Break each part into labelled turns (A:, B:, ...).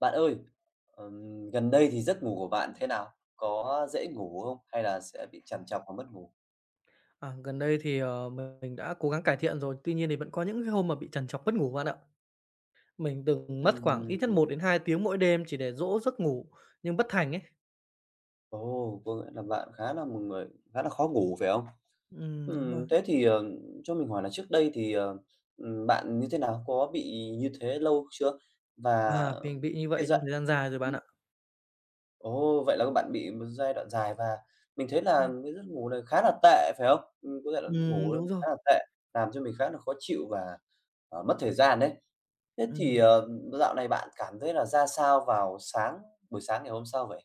A: Bạn ơi, gần đây thì giấc ngủ của bạn thế nào? Có dễ ngủ không? Hay là sẽ bị trằn trọc và mất ngủ?
B: À, gần đây thì, ờ, Mình đã cố gắng cải thiện rồi, tuy nhiên thì vẫn có những cái hôm mà bị trằn trọc mất ngủ bạn ạ. Mình từng mất khoảng ít nhất
A: Ừm,
B: một đến hai tiếng mỗi đêm chỉ để dỗ giấc ngủ nhưng bất thành ấy.
A: Ồ, có nghĩa là bạn khá là một người khá là khó ngủ, phải không?
B: Đúng rồi.
A: Thế thì, cho mình hỏi là trước đây thì, bạn như thế nào? Có bị như thế lâu chưa? Và
B: À, mình bị như
A: cái
B: vậy
A: giai
B: trong thời gian dài rồi bạn ạ.
A: Ồ, vậy là các bạn bị một giai đoạn dài và mình thấy là cái giấc ngủ này khá là tệ, phải không? Có giai đoạn ngủ
B: Đúng rồi.
A: khá là tệ, làm cho mình khá là khó chịu và, mất thời gian đấy. Thế thì,
B: Ừm.
A: dạo này bạn cảm thấy là ra sao vào buổi sáng ngày hôm sau vậy?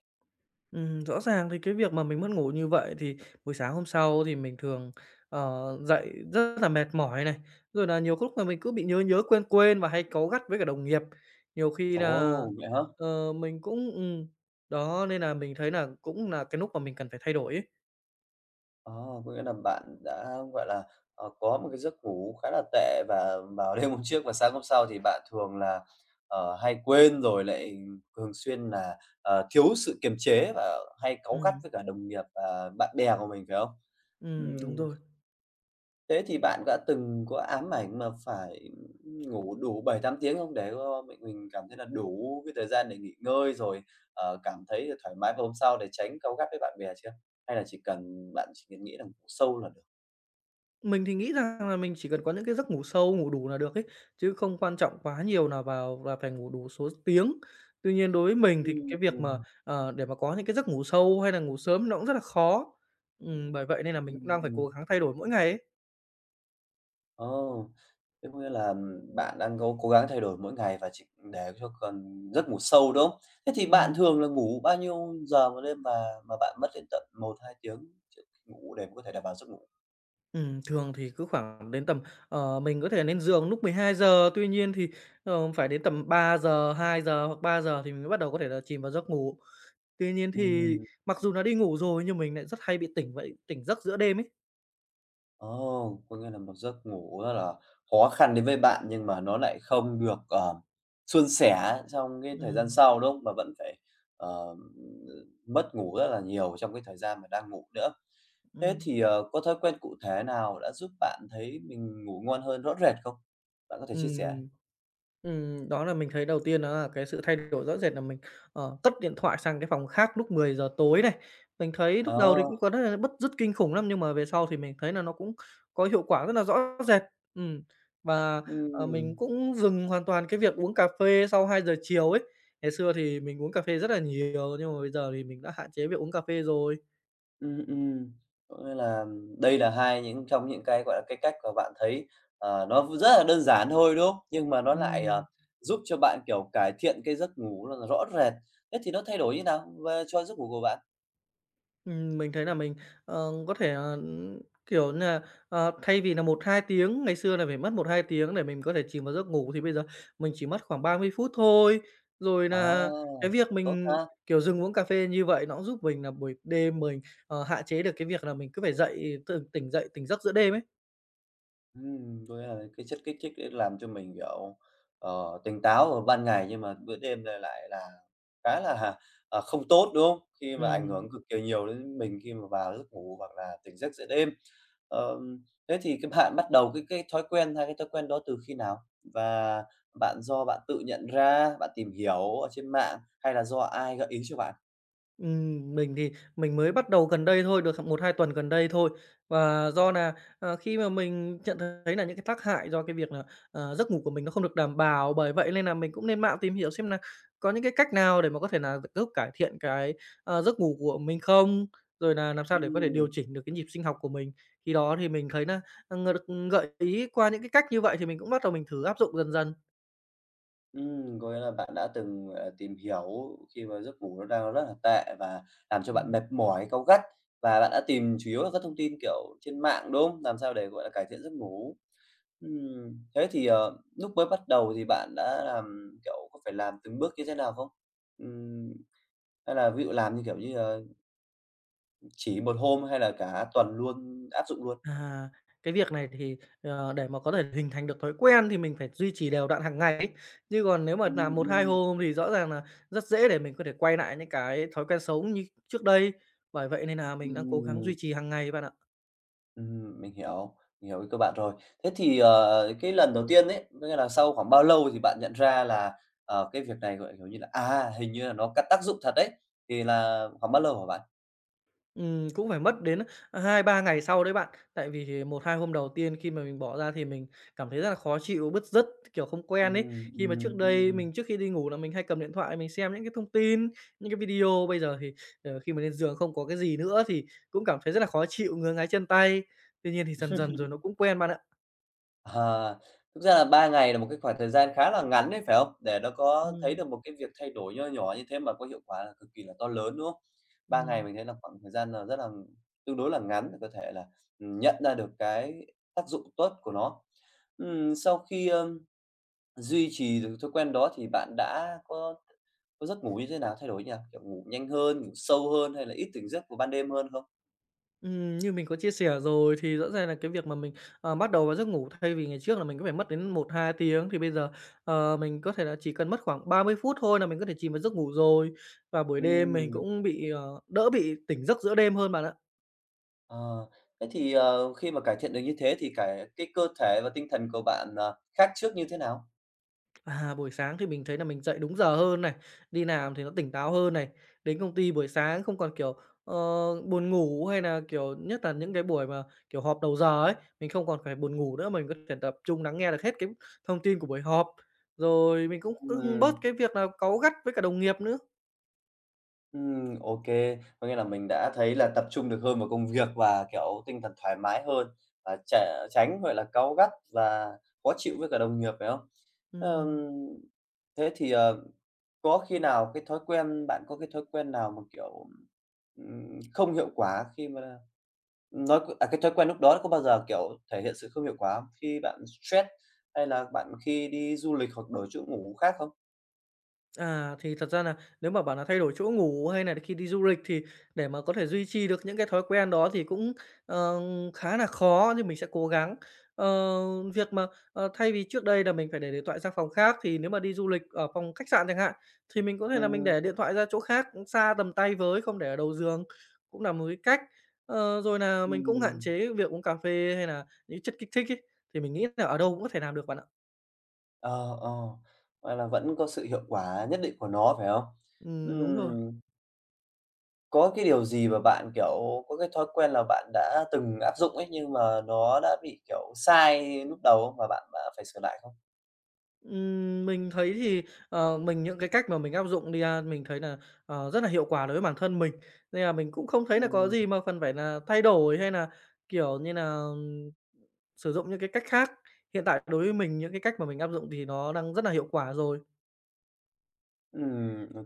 B: Rõ ràng thì cái việc mà mình mất ngủ như vậy thì buổi sáng hôm sau thì mình thường, ờ, dậy rất là mệt mỏi này, rồi là nhiều lúc là mình cứ bị nhớ nhớ, quên quên và hay cáu gắt với cả đồng nghiệp. Nhiều khi là
A: Ồ, vậy hả?
B: mình cũng đó, nên là mình thấy là cũng là cái núc mà mình cần phải thay đổi ấy.
A: Ờ, có nghĩa là bạn đã, gọi là, có một cái giấc ngủ khá là tệ và vào đêm hôm trước và sáng hôm sau thì bạn thường là, hay quên rồi lại thường xuyên là, thiếu sự kiềm chế và hay cáu gắt
B: Ừm,
A: với cả đồng nghiệp và bạn bè của mình, phải không?
B: đúng
A: Ừm.
B: rồi.
A: Thế thì bạn đã từng có ám ảnh mà phải ngủ đủ 7-8 tiếng không? Để cho mình cảm thấy là đủ cái thời gian để nghỉ ngơi rồi, cảm thấy thoải mái và hôm sau để tránh cáu gắt với bạn bè chưa? Hay là chỉ cần nghĩ là ngủ sâu là được?
B: Mình thì nghĩ rằng là mình chỉ cần có những cái giấc ngủ sâu, ngủ đủ là được ấy, chứ không quan trọng quá nhiều là vào là phải ngủ đủ số tiếng. Tuy nhiên đối với mình thì
A: Ừm,
B: cái việc mà,
A: ừm.
B: để mà có những cái giấc ngủ sâu hay là ngủ sớm nó cũng rất là khó. Bởi vậy nên là mình cũng đang phải cố gắng thay đổi mỗi ngày ấy.
A: Ồ, thế có nghĩa là bạn đang cố cố gắng thay đổi mỗi ngày và chỉ để cho cần giấc ngủ sâu, đúng không? Thế thì bạn
B: Ừm.
A: thường là ngủ bao nhiêu giờ một đêm và mà bạn mất đến tận 1-2 tiếng trước khi ngủ để có thể đảm bảo giấc ngủ?
B: Thường thì cứ khoảng đến tầm mình có thể lên giường lúc 12 giờ tuy nhiên thì, phải đến tầm 3 giờ, giờ hoặc ba giờ thì mình mới bắt đầu có thể là chìm vào giấc ngủ. Tuy nhiên thì
A: Ừm.
B: mặc dù là đi ngủ rồi nhưng mình lại rất hay bị tỉnh giấc giữa đêm ấy.
A: Ồ, có nghĩa là một giấc ngủ rất là khó khăn đến với bạn nhưng mà nó lại không được, suôn sẻ trong cái thời gian
B: Ừm,
A: sau, đúng không? Mà vẫn phải, ờ, mất ngủ rất là nhiều trong cái thời gian mà đang ngủ nữa. Thế
B: ừm,
A: thì, có thói quen cụ thể nào đã giúp bạn thấy mình ngủ ngon hơn rõ rệt không? Bạn có thể chia sẻ?
B: ừm, ừm, đó là mình thấy đầu tiên đó là cái sự thay đổi rõ rệt là mình, cất điện thoại sang cái phòng khác lúc 10 giờ tối này. Mình thấy lúc đầu thì
A: Ờ,
B: cũng có rất là bứt rứt kinh khủng lắm, nhưng mà về sau thì mình thấy là nó cũng có hiệu quả rất là rõ rệt. Ừm, và, mình
A: ừm.
B: cũng dừng hoàn toàn cái việc uống cà phê sau 2 giờ chiều ấy. Ngày xưa thì mình uống cà phê rất là nhiều, nhưng mà bây giờ thì mình đã hạn chế việc uống cà phê rồi.
A: Ừm, ừm. Có nghĩa là đây là hai những trong những cái, gọi là, cái cách mà bạn thấy, nó rất là đơn giản thôi, đúng không? Nhưng mà nó lại,
B: Ừm.
A: giúp cho bạn, kiểu, cải thiện cái giấc ngủ là rõ rệt. Thế thì nó thay đổi như nào về cho giấc ngủ của bạn?
B: Mình thấy là mình, có thể, kiểu như nà, thay vì là một hai tiếng, ngày xưa là phải mất một hai tiếng để mình có thể chìm vào giấc ngủ thì bây giờ mình chỉ mất khoảng 30 phút thôi. Rồi là
A: À,
B: cái việc
A: tốt
B: mình,
A: ha!
B: kiểu, dừng uống cà phê như vậy nó cũng giúp mình là buổi đêm mình, hạn chế được cái việc là mình cứ phải dậy, tỉnh giấc giữa đêm ấy.
A: Có nghĩa là cái chất kích thích đấy làm cho mình, kiểu, tỉnh táo vào ban ngày nhưng mà bữa đêm là lại là khá là, không tốt, đúng không? Khi mà ảnh
B: Ừm.
A: hưởng cực kỳ nhiều đến mình khi mà vào giấc ngủ hoặc là tỉnh giấc giữa đêm. Thế thì cái bạn bắt đầu cái thói quen hai cái thói quen đó từ khi nào? Và bạn do bạn tự nhận ra, bạn tìm hiểu ở trên mạng hay là do ai gợi ý cho bạn?
B: Mình mới bắt đầu gần đây thôi, được một hai tuần gần đây thôi. Và do là khi mà mình nhận thấy là những cái tác hại do cái việc là, giấc ngủ của mình nó không được đảm bảo, bởi vậy nên là mình cũng lên mạng tìm hiểu xem là có những cái cách nào để mà có thể là giúp cải thiện cái, giấc ngủ của mình không? Rồi là làm sao để có thể điều
A: Ừm.
B: chỉnh được cái nhịp sinh học của mình. Khi đó thì mình thấy là ờ, gợi ý qua những cái cách như vậy thì mình cũng bắt đầu thử áp dụng dần dần.
A: Có nghĩa là bạn đã từng, gọi là, tìm hiểu khi mà giấc ngủ nó đang rất là tệ và làm cho bạn mệt mỏi, cáu gắt và bạn đã tìm chủ yếu là các thông tin, kiểu, trên mạng, đúng không? Làm sao để, gọi là, cải thiện giấc ngủ. Thế thì, lúc mới bắt đầu thì bạn đã làm, kiểu, có phải làm từng bước như thế nào không? Ừm, hay là ví dụ làm như, kiểu như, chỉ một hôm hay là cả tuần luôn, áp dụng luôn?
B: À, cái việc này thì, để mà có thể hình thành được thói quen thì mình phải duy trì đều đặn hàng ngày ấy. Chứ còn nếu mà
A: Ừm,
B: làm một 2
A: ừm,
B: hôm thì rõ ràng là rất dễ để mình có thể quay lại những cái thói quen xấu như trước đây. Bởi vậy nên là mình đang cố gắng
A: ừm.
B: duy trì hàng ngày bạn ạ.
A: Ừm, mình hiểu, mình hiểu ý các bạn rồi. Thế thì, cái lần đầu tiên ấy, có nghĩa là sau khoảng bao lâu thì bạn nhận ra là, cái việc này, kiểu như là, à, hình như là nó có tác dụng thật đấy, thì là khoảng bao lâu hả bạn?
B: Cũng phải mất đến hai ba ngày sau đấy bạn. Tại vì thì 1, 2 hôm đầu tiên khi mà mình bỏ ra thì mình cảm thấy rất là khó chịu, bứt rứt, kiểu, không quen ấy.
A: Ừm,
B: Khi
A: ừm,
B: mà trước đây
A: ừm.
B: mình trước khi đi ngủ là mình hay cầm điện thoại mình xem những cái thông tin, những cái video, bây giờ thì, khi mà lên giường không có cái gì nữa thì cũng cảm thấy rất là khó chịu, ngứa ngáy chân tay. Tuy nhiên thì dần dần rồi nó cũng quen bạn ạ.
A: À, thực ra là 3 ngày là một cái khoảng thời gian khá là ngắn đấy, phải không? Để nó có thấy
B: Ừm,
A: được một cái việc thay đổi nho nhỏ như thế mà có hiệu quả là cực kỳ là to lớn, đúng không? 3 ngày
B: ừm.
A: mình thấy là khoảng thời gian là rất là tương đối là ngắn để có thể là, nhận ra được cái tác dụng tốt của nó. Sau khi, duy trì được thói quen đó thì bạn đã có giấc ngủ như thế nào thay đổi nhỉ? Kiểu, ngủ nhanh hơn, ngủ sâu hơn hay là ít tỉnh giấc vào ban đêm hơn không?
B: Như mình có chia sẻ rồi thì rõ ràng là cái việc mà mình, bắt đầu vào giấc ngủ thay vì ngày trước là mình có phải mất đến một hai tiếng thì bây giờ, mình có thể là chỉ cần mất khoảng 30 phút thôi là mình có thể chìm vào giấc ngủ rồi. Và buổi đêm mình
A: Ừm.
B: cũng bị, đỡ bị tỉnh giấc giữa đêm hơn bạn ạ.
A: Ờ, thế thì, khi mà cải thiện được như thế thì cái cơ thể và tinh thần của bạn, khác trước như thế nào?
B: À, buổi sáng thì mình thấy là mình dậy đúng giờ hơn này, đi làm thì nó tỉnh táo hơn này, đến công ty buổi sáng không còn, kiểu, ờ, buồn ngủ hay là, kiểu, nhất là những cái buổi mà, kiểu, họp đầu giờ ấy, mình không còn phải buồn ngủ nữa, mình có thể tập trung lắng nghe được hết cái thông tin của buổi họp. Rồi mình cũng cũng bớt
A: Ừm.
B: cái việc là cáu gắt với cả đồng nghiệp nữa.
A: Ô kê. Có nghĩa là mình đã thấy là tập trung được hơn vào công việc và, kiểu, tinh thần thoải mái hơn và chả tránh, gọi là, cáu gắt và khó chịu với cả đồng nghiệp, phải không?
B: Ừm.
A: Ờm, Thế thì, có khi nào cái thói quen bạn có cái thói quen nào mà, kiểu, không hiệu quả khi mà cái thói quen lúc đó có bao giờ, kiểu, thể hiện sự không hiệu quả không? Khi bạn stress hay là bạn khi đi du lịch hoặc đổi chỗ ngủ khác không?
B: À, thì thật ra là nếu mà bảo nà thay đổi chỗ ngủ hay là khi đi du lịch thì để mà có thể duy trì được những cái thói quen đó thì cũng, ờ, khá là khó, nhưng mình sẽ cố gắng. Ờ, việc mà, thay vì trước đây là mình phải để điện thoại sang phòng khác thì nếu mà đi du lịch ở phòng khách sạn chẳng hạn, thì mình có thể là mình
A: Ừm,
B: để điện thoại ra chỗ khác, xa tầm tay với, không để ở đầu giường, cũng là một cái cách. Ờ, rồi là mình cũng
A: ừm.
B: hạn chế việc uống cà phê hay là những chất kích thích ấy, thì mình nghĩ là ở đâu cũng có thể làm được bạn ạ.
A: Ờ, ờ, vậy là vẫn có sự hiệu quả nhất định của nó, phải không?
B: Đúng rồi.
A: Ừm, có cái điều gì mà bạn, kiểu, có cái thói quen là bạn đã từng áp dụng ấy, nhưng mà nó đã bị, kiểu, sai lúc đầu không? Và bạn đã phải sửa lại không?
B: Mình thấy thì, những cái cách mà mình áp dụng đi ha, mình thấy là rất là hiệu quả đối với bản thân mình, nên là mình cũng không thấy là có
A: Ừm,
B: gì mà cần phải là thay đổi hay là kiểu như là sử dụng những cái cách khác. Hiện tại đối với mình những cái cách mà mình áp dụng thì nó đang rất là hiệu quả rồi.
A: ừm, ô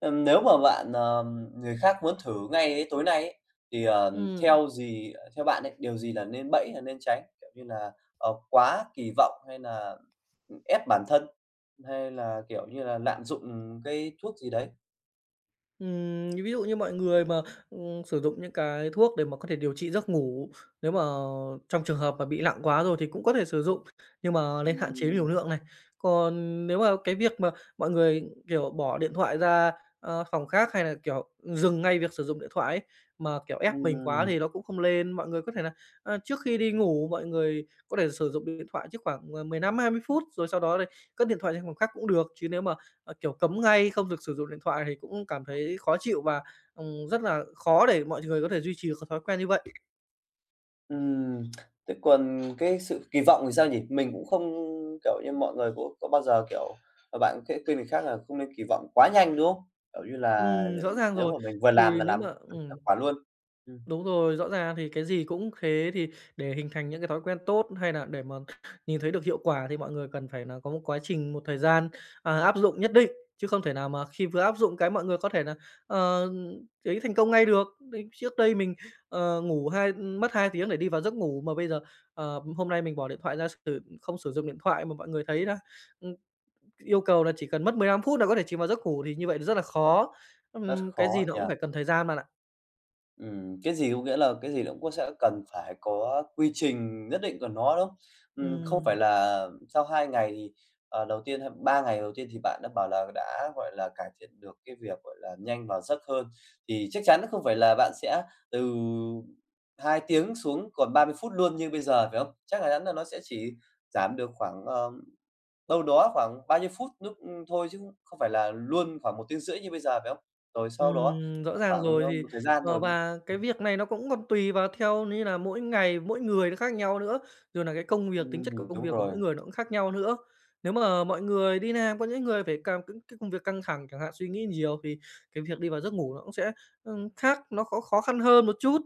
A: Nếu mà bạn, ờ người khác muốn thử ngay ấy, tối nay ấy, thì,
B: Ừm.
A: theo bạn ấy, điều gì là là nên tránh? Kiểu như là, quá kỳ vọng hay là, ép bản thân? Hay là, kiểu như là, lạm dụng cái thuốc gì đấy?
B: Ví dụ như mọi người mà, sử dụng những cái thuốc để mà có thể điều trị giấc ngủ, nếu mà trong trường hợp mà bị nặng quá rồi thì cũng có thể sử dụng, nhưng mà nên hạn chế
A: Ừm.
B: liều lượng này. Còn nếu mà cái việc mà mọi người, kiểu, bỏ điện thoại ra, phòng khác hay là, kiểu, dừng ngay việc sử dụng điện thoại ấy, mà, kiểu, ép mình
A: Ừm,
B: quá thì nó cũng không lên. Mọi người có thể là, trước khi đi ngủ mọi người có thể sử dụng điện thoại trước khoảng, 15 20 phút, rồi sau đó thì cất điện thoại sang phòng khác cũng được. Chứ nếu mà kiểu, cấm ngay không được sử dụng điện thoại thì cũng cảm thấy khó chịu và, rất là khó để mọi người có thể duy trì được cái thói quen như vậy.
A: ừm. Thế còn cái sự kỳ vọng thì sao nhỉ? Mình cũng không kiểu như, mọi người cũng có bao giờ, kiểu, bạn khẽ khuyên người khác là không nên kỳ vọng quá nhanh, đúng không? Kiểu như là,
B: Rõ ràng
A: nếu mà
B: rồi.
A: mình vừa làm
B: Thì
A: là
B: nếu
A: làm
B: mà
A: được thành quả luôn. Ừm,
B: đúng rồi, rõ ràng thì cái gì cũng thế, thì để hình thành những cái thói quen tốt hay là để mà nhìn thấy được hiệu quả thì mọi người cần phải là có một quá trình, một thời gian, à, áp dụng nhất định, chứ không thể nào mà khi vừa áp dụng cái mọi người có thể là ờ, thấy thành công ngay được. Đấy, trước đây mình, ngủ hai mất 2 tiếng để đi vào giấc ngủ mà bây giờ, hôm nay mình bỏ điện thoại ra không sử dụng điện thoại mà mọi người thấy là, ừm, yêu cầu là chỉ cần mất 15 phút là có thể chìm vào giấc ngủ thì như vậy rất là khó.
A: rất
B: Cái
A: khó
B: gì nó
A: nhỉ?
B: cũng phải cần thời gian bạn ạ.
A: Cái gì cũng nghĩa là cái gì nó cũng có sẽ cần phải có quy trình nhất định của nó, đúng không? Không phải
B: Ừm.
A: là sau 2 ngày thì, đầu tiên hay 3 ngày đầu tiên thì bạn đã bảo là đã, gọi là, cải thiện được cái việc, gọi là, nhanh và giấc hơn, thì chắc chắn không phải là bạn sẽ từ 2 tiếng xuống còn 30 phút luôn như bây giờ, phải không? Chắc chắn là nó sẽ chỉ giảm được khoảng, đâu đó khoảng bao nhiêu phút lúc thôi chứ không không phải là luôn khoảng một tiếng rưỡi như bây giờ, phải không? Rồi sau đó
B: Rõ ràng
A: khoảng,
B: rồi thì,
A: một thời gian rồi.
B: và cái việc này nó cũng còn tùy vào theo như là mỗi ngày, mỗi người nó khác nhau nữa, rồi là cái công việc, tính chất của công
A: Đúng
B: việc của
A: rồi,
B: mỗi người nó cũng khác nhau nữa. Nếu mà mọi người đi làm, có những người phải càm cái công việc căng thẳng chẳng hạn, suy nghĩ nhiều thì cái việc đi vào giấc ngủ nó cũng sẽ, khác, nó khó khó khăn hơn một chút.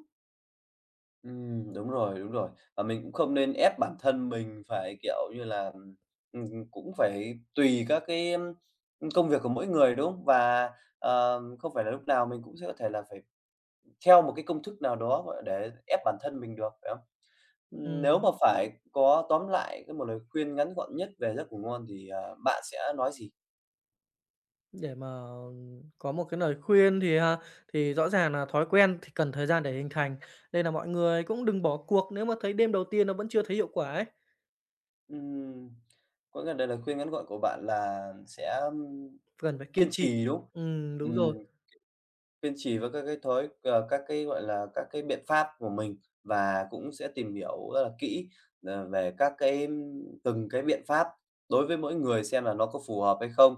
A: đúng rồi, đúng rồi. Và mình cũng không nên ép bản thân mình phải, kiểu như là, cũng phải tùy các cái, công việc của mỗi người, đúng không? Và, không phải là lúc nào mình cũng sẽ có thể là phải theo một cái công thức nào đó, gọi là, để ép bản thân mình được, phải không? Nếu
B: Ừm,
A: mà phải có tóm lại cái một lời khuyên ngắn gọn nhất về giấc ngủ ngon thì, bạn sẽ nói gì?
B: để mà có một cái lời khuyên thì, thì rõ ràng là thói quen thì cần thời gian để hình thành, nên là mọi người cũng đừng bỏ cuộc nếu mà thấy đêm đầu tiên nó vẫn chưa thấy hiệu quả ấy.
A: Ừm, có nghĩa là lời khuyên ngắn gọn của bạn là sẽ,
B: Cần phải
A: kiên
B: kiên trì.
A: trì, đúng không?
B: Đúng rồi.
A: Ừm. Kiên trì với các các cái, gọi là, các cái biện pháp của mình và cũng sẽ tìm hiểu rất là kỹ, về các cái từng cái biện pháp đối với mỗi người xem là nó có phù hợp hay không.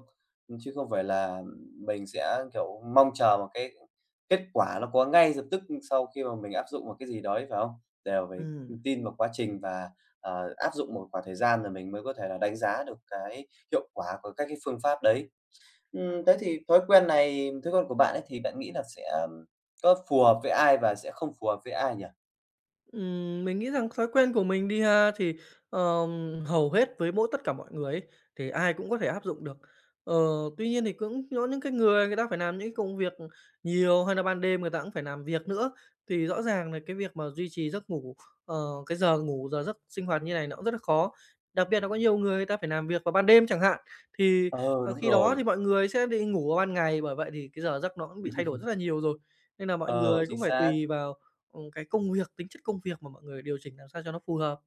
A: Chứ không phải là mình sẽ, kiểu, mong chờ một cái kết quả nó có ngay lập tức sau khi mà mình áp dụng một cái gì đấy, phải không? Đều phải
B: Ừm.
A: tin vào quá trình và, áp dụng một khoảng thời gian rồi mình mới có thể là đánh giá được cái hiệu quả của các cái phương pháp đấy. Thế thì thói quen của bạn ấy thì bạn nghĩ là sẽ có phù hợp với ai và sẽ không phù hợp với ai nhỉ?
B: Mình nghĩ rằng thói quen của mình đi ha, thì, hầu hết với mỗi tất cả mọi người ấy, thì ai cũng có thể áp dụng được. Ờ, Tuy nhiên thì cũng có những cái người người ta phải làm những cái công việc nhiều, hay là ban đêm người ta cũng phải làm việc nữa, thì rõ ràng là cái việc mà duy trì giấc ngủ, ờ, cái giờ ngủ, giờ giấc sinh hoạt như này nó cũng rất là khó. Đặc biệt là có nhiều người người ta phải làm việc vào ban đêm chẳng hạn, thì,
A: Ờ, đúng
B: khi đó
A: rồi,
B: thì mọi người sẽ đi ngủ vào ban ngày, bởi vậy thì cái giờ giấc nó cũng bị thay đổi rất là nhiều rồi. Nên là mọi
A: ờ,
B: người
A: chính
B: cũng phải
A: xác.
B: tùy vào Ừ, cái công việc, tính chất công việc mà mọi người điều chỉnh làm sao cho nó phù hợp.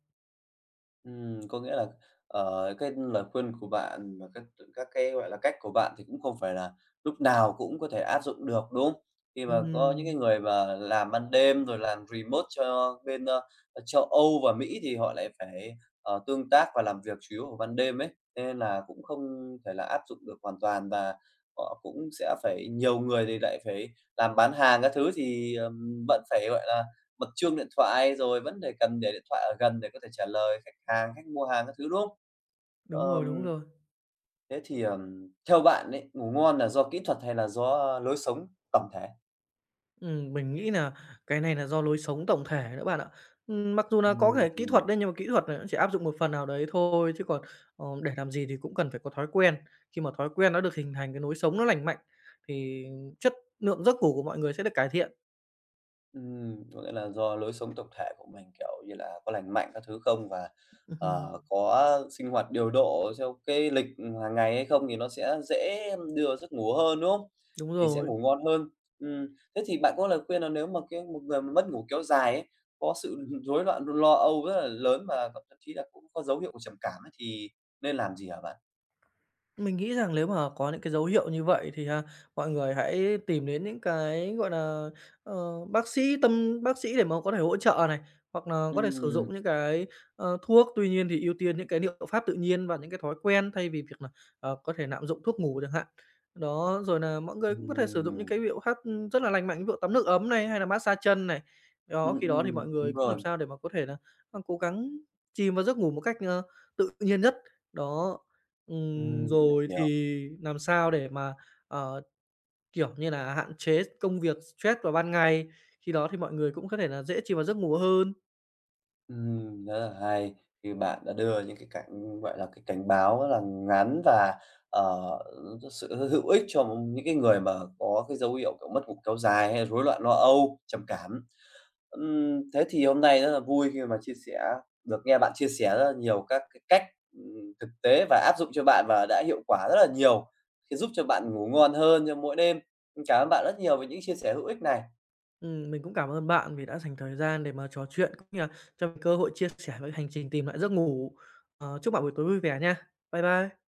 A: Có nghĩa là, cái lời khuyên của bạn và các cái, gọi là, cách của bạn thì cũng không phải là lúc nào cũng có thể áp dụng được, đúng không? Khi mà có những cái
B: Ừm,
A: người mà làm ban đêm rồi làm remote cho bên, châu Âu và Mỹ thì họ lại phải, tương tác và làm việc chủ yếu vào ban đêm ấy, thế nên là cũng không thể là áp dụng được hoàn toàn và họ cũng sẽ phải nhiều người thì lại phải làm bán hàng các thứ thì, vẫn phải, gọi là, bật chuông điện thoại, rồi vẫn để cần để điện thoại ở gần để có thể trả lời khách hàng, khách mua hàng các thứ, đúng không?
B: đúng rồi, đúng
A: Ờm,
B: rồi.
A: Thế thì, theo bạn ấy, ngủ ngon là do kỹ thuật hay là do lối sống tổng thể?
B: Mình nghĩ là cái này là do lối sống tổng thể nữa bạn ạ. Mặc dù là có thể kỹ
A: Ừm.
B: thuật đấy, nhưng mà kỹ thuật này nó chỉ áp dụng một phần nào đấy thôi, chứ còn, để làm gì thì cũng cần phải có thói quen. Khi mà thói quen nó được hình thành, cái lối sống nó lành mạnh thì chất lượng giấc ngủ của mọi người sẽ được cải thiện.
A: Có nghĩa là do lối sống tổng thể của mình, kiểu như là, có lành mạnh các thứ không và,
B: Ừm,
A: có sinh hoạt điều độ theo cái lịch hàng ngày hay không thì nó sẽ dễ đưa vào giấc ngủ hơn, đúng không?
B: đúng
A: Thì sẽ
B: rồi.
A: ngủ ngon hơn. Thế thì bạn có lời khuyên là nếu mà cái một người mà mất ngủ kéo dài ấy, có sự rối loạn lo âu rất là lớn và thậm thậm chí là cũng có dấu hiệu của trầm cảm ấy thì nên làm gì hả bạn?
B: Mình nghĩ rằng nếu mà có những cái dấu hiệu như vậy thì ha, mọi người hãy tìm đến những cái, gọi là, bác sĩ bác sĩ để mà có thể hỗ trợ này, hoặc là có thể sử
A: Ừm,
B: dụng những cái, thuốc. Tuy nhiên thì ưu tiên những cái liệu pháp tự nhiên và những cái thói quen thay vì việc là, có thể lạm dụng thuốc ngủ chẳng hạn. Đó, rồi là mọi người cũng có thể sử dụng những
A: ừm,
B: cái liệu pháp, ừ, rất là lành mạnh, ví dụ tắm nước ấm này, hay là massage chân này. Đó, khi đó thì mọi
A: đúng
B: người cũng làm
A: rồi,
B: sao để mà có thể là cố gắng chìm vào giấc ngủ một cách, tự nhiên nhất. Đó, ừm,
A: ừm,
B: rồi
A: hiểu.
B: thì làm sao để mà, ờ, kiểu như là, hạn chế công việc stress vào ban ngày, khi đó thì mọi người cũng có thể là dễ chìm vào giấc ngủ hơn.
A: Rất là hay khi bạn đã đưa những gọi là, cái cảnh báo rất là ngắn và, ờ, rất sự hữu ích cho những cái người mà có cái dấu hiệu, kiểu, mất ngủ kéo dài hay rối loạn lo âu, trầm cảm. Thế thì hôm nay rất là vui khi mà chia sẻ được nghe bạn chia sẻ rất là nhiều các cái cách, thực tế và áp dụng cho bạn và đã hiệu quả rất là nhiều, khi giúp cho bạn ngủ ngon hơn cho mỗi đêm. Cảm ơn bạn rất nhiều về những chia sẻ hữu ích này.
B: Mình cũng cảm ơn bạn vì đã dành thời gian để mà trò chuyện cũng như là cho mình cơ hội chia sẻ với hành trình tìm lại giấc ngủ. Ờ, chúc bạn buổi tối vui vẻ nha. Bye bye.